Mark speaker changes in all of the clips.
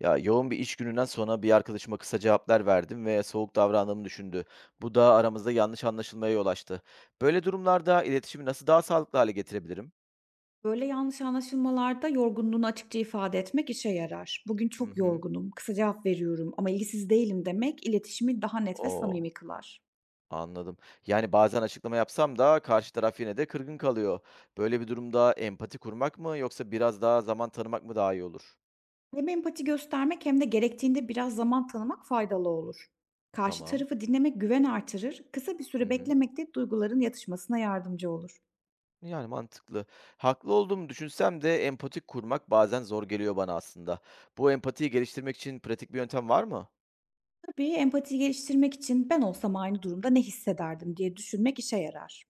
Speaker 1: Ya, yoğun bir iş gününden sonra bir arkadaşıma kısa cevaplar verdim ve soğuk davrandığımı düşündü. Bu da aramızda yanlış anlaşılmaya yol açtı. Böyle durumlarda iletişimi nasıl daha sağlıklı hale getirebilirim?
Speaker 2: Böyle yanlış anlaşılmalarda yorgunluğunu açıkça ifade etmek işe yarar. Bugün
Speaker 1: Hı
Speaker 2: çok
Speaker 1: hı.
Speaker 2: yorgunum, kısa cevap veriyorum ama ilgisiz değilim demek iletişimi daha net ve
Speaker 1: Oo,
Speaker 2: samimi kılar.
Speaker 1: anladım. Yani bazen açıklama yapsam da karşı taraf yine de kırgın kalıyor. Böyle bir durumda empati kurmak mı yoksa biraz daha zaman tanımak mı daha iyi olur?
Speaker 2: Hem empati göstermek hem de gerektiğinde biraz zaman tanımak faydalı olur. Karşı
Speaker 1: Tamam.
Speaker 2: tarafı dinlemek güven artırır, kısa bir
Speaker 1: Hı
Speaker 2: süre
Speaker 1: hı.
Speaker 2: beklemek de duyguların yatışmasına yardımcı olur.
Speaker 1: Yani mantıklı. Haklı olduğumu düşünsem de empati kurmak bazen zor geliyor bana aslında. Bu empatiyi geliştirmek için pratik bir yöntem var mı?
Speaker 2: Tabii empati geliştirmek için ben olsam aynı durumda ne hissederdim diye düşünmek işe yarar.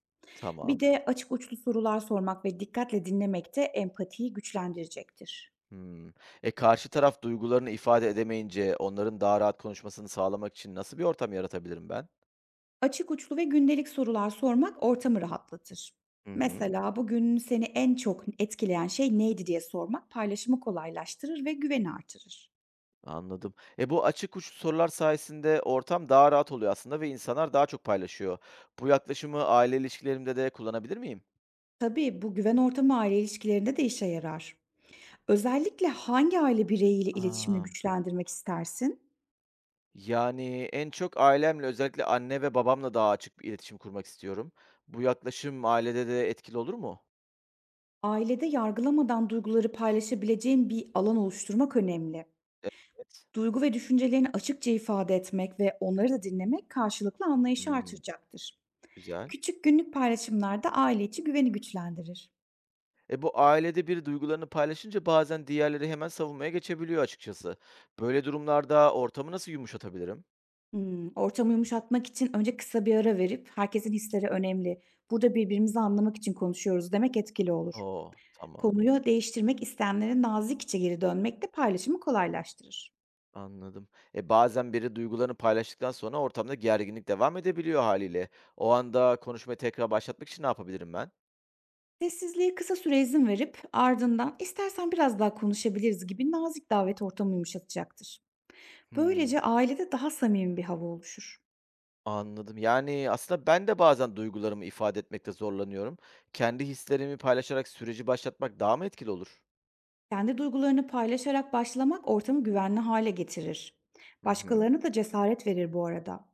Speaker 2: Bir
Speaker 1: Tamam.
Speaker 2: de açık uçlu sorular sormak ve dikkatle dinlemek de empatiyi güçlendirecektir.
Speaker 1: Hımm. E, karşı taraf duygularını ifade edemeyince onların daha rahat konuşmasını sağlamak için nasıl bir ortam yaratabilirim ben?
Speaker 2: Açık uçlu ve gündelik sorular sormak ortamı rahatlatır.
Speaker 1: Hı hı.
Speaker 2: Mesela "Bugün seni en çok etkileyen şey neydi?" diye sormak paylaşımı kolaylaştırır ve güveni artırır.
Speaker 1: Anladım. E, bu açık uçlu sorular sayesinde ortam daha rahat oluyor aslında ve insanlar daha çok paylaşıyor. Bu yaklaşımı aile ilişkilerimde de kullanabilir miyim?
Speaker 2: Tabii bu güven ortamı aile ilişkilerinde de işe yarar. Özellikle hangi aile bireyiyle iletişimini
Speaker 1: A!
Speaker 2: güçlendirmek istersin?
Speaker 1: Yani, en çok ailemle, özellikle anne ve babamla daha açık bir iletişim kurmak istiyorum. Bu yaklaşım ailede de etkili olur mu?
Speaker 2: Ailede yargılamadan duyguları paylaşabileceğin bir alan oluşturmak önemli.
Speaker 1: Evet.
Speaker 2: Duygu ve düşüncelerini açıkça ifade etmek ve onları da dinlemek karşılıklı anlayışı
Speaker 1: Hımm,
Speaker 2: artıracaktır.
Speaker 1: güzel.
Speaker 2: Küçük günlük paylaşımlarda aile içi güveni güçlendirir.
Speaker 1: E, bu ailede biri duygularını paylaşınca bazen diğerleri hemen savunmaya geçebiliyor açıkçası. Böyle durumlarda ortamı nasıl yumuşatabilirim?
Speaker 2: Ortamı yumuşatmak için önce kısa bir ara verip herkesin hisleri önemli. Burada birbirimizi anlamak için konuşuyoruz demek etkili olur.
Speaker 1: Oo, tamam.
Speaker 2: Konuyu değiştirmek isteyenlere nazikçe geri dönmek de paylaşımı kolaylaştırır.
Speaker 1: Anladım. E, bazen biri duygularını paylaştıktan sonra ortamda gerginlik devam edebiliyor haliyle. O anda konuşmayı tekrar başlatmak için ne yapabilirim ben?
Speaker 2: Sessizliğe kısa süre izin verip ardından istersen biraz daha konuşabiliriz gibi nazik davet ortamı yumuşatacaktır.
Speaker 1: Hmm,
Speaker 2: Böylece ailede daha samimi bir hava oluşur.
Speaker 1: anladım. Yani aslında ben de bazen duygularımı ifade etmekte zorlanıyorum. Kendi hislerimi paylaşarak süreci başlatmak daha mı etkili olur?
Speaker 2: Kendi duygularını paylaşarak başlamak ortamı güvenli hale getirir.
Speaker 1: Hı hı,
Speaker 2: Başkalarına da cesaret verir bu arada.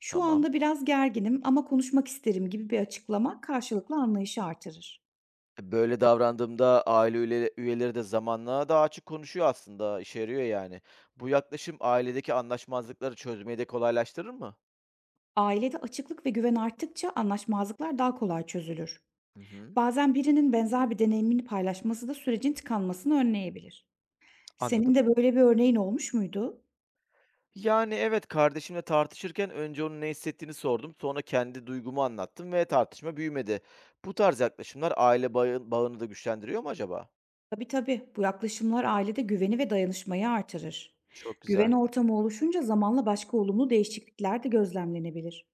Speaker 2: Şu
Speaker 1: tamam.
Speaker 2: anda biraz gerginim ama konuşmak isterim gibi bir açıklama karşılıklı anlayışı artırır.
Speaker 1: Böyle davrandığımda aile üyeleri de zamanla daha açık konuşuyor aslında, işe yarıyor yani. Bu yaklaşım ailedeki anlaşmazlıkları çözmeyi de kolaylaştırır mı?
Speaker 2: Ailede açıklık ve güven arttıkça anlaşmazlıklar daha kolay çözülür.
Speaker 1: Hı hı.
Speaker 2: Bazen birinin benzer bir deneyimini paylaşması da sürecin tıkanmasını önleyebilir. Senin
Speaker 1: Anladım.
Speaker 2: de böyle bir örneğin olmuş muydu?
Speaker 1: Yani evet, kardeşimle tartışırken önce onun ne hissettiğini sordum, sonra kendi duygumu anlattım ve tartışma büyümedi. Bu tarz yaklaşımlar aile bağını da güçlendiriyor mu acaba?
Speaker 2: Tabii tabii. Bu yaklaşımlar ailede güveni ve dayanışmayı artırır.
Speaker 1: Çok
Speaker 2: Güven
Speaker 1: güzel.
Speaker 2: ortamı oluşunca zamanla başka olumlu değişiklikler de gözlemlenebilir.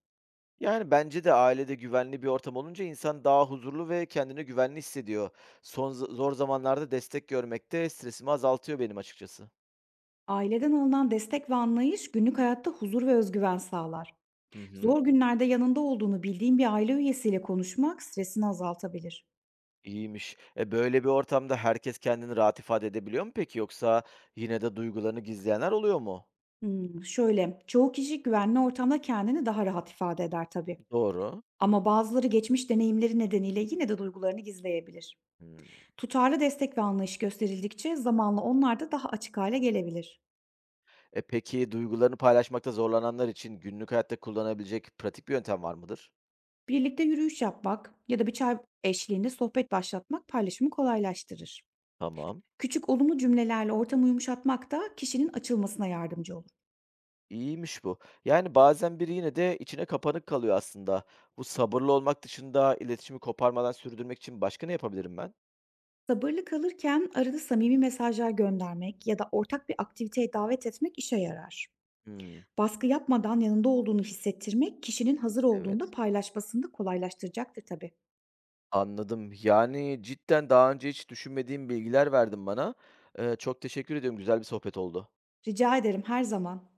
Speaker 1: Yani, bence de ailede güvenli bir ortam olunca insan daha huzurlu ve kendini güvenli hissediyor. Son zor zamanlarda destek görmek de stresimi azaltıyor benim açıkçası.
Speaker 2: Aileden alınan destek ve anlayış günlük hayatta huzur ve özgüven sağlar.
Speaker 1: Hı hı.
Speaker 2: Zor günlerde yanında olduğunu bildiğin bir aile üyesiyle konuşmak stresini azaltabilir.
Speaker 1: İyiymiş. E, böyle bir ortamda herkes kendini rahat ifade edebiliyor mu peki, yoksa yine de duygularını gizleyenler oluyor mu?
Speaker 2: Çoğu kişi güvenli ortamda kendini daha rahat ifade eder tabii.
Speaker 1: Doğru.
Speaker 2: Ama bazıları geçmiş deneyimleri nedeniyle yine de duygularını gizleyebilir.
Speaker 1: Hımm.
Speaker 2: Tutarlı destek ve anlayış gösterildikçe zamanla onlar da daha açık hale gelebilir.
Speaker 1: E, peki duygularını paylaşmakta zorlananlar için günlük hayatta kullanabilecek pratik bir yöntem var mıdır?
Speaker 2: Birlikte yürüyüş yapmak ya da bir çay eşliğinde sohbet başlatmak paylaşımı kolaylaştırır.
Speaker 1: Tamam.
Speaker 2: Küçük olumlu cümlelerle ortamı yumuşatmak da kişinin açılmasına yardımcı olur.
Speaker 1: İyiymiş bu. Yani bazen biri yine de içine kapanık kalıyor aslında. Bu, sabırlı olmak dışında iletişimi koparmadan sürdürmek için başka ne yapabilirim ben?
Speaker 2: Sabırlı kalırken arada samimi mesajlar göndermek ya da ortak bir aktiviteye davet etmek işe yarar.
Speaker 1: Hmm,
Speaker 2: Baskı yapmadan yanında olduğunu hissettirmek kişinin hazır olduğunda
Speaker 1: evet.
Speaker 2: paylaşmasını da kolaylaştıracaktır tabii.
Speaker 1: Anladım. Yani cidden daha önce hiç düşünmediğim bilgiler verdin bana. Çok teşekkür ediyorum. Güzel bir sohbet oldu.
Speaker 2: Rica ederim her zaman.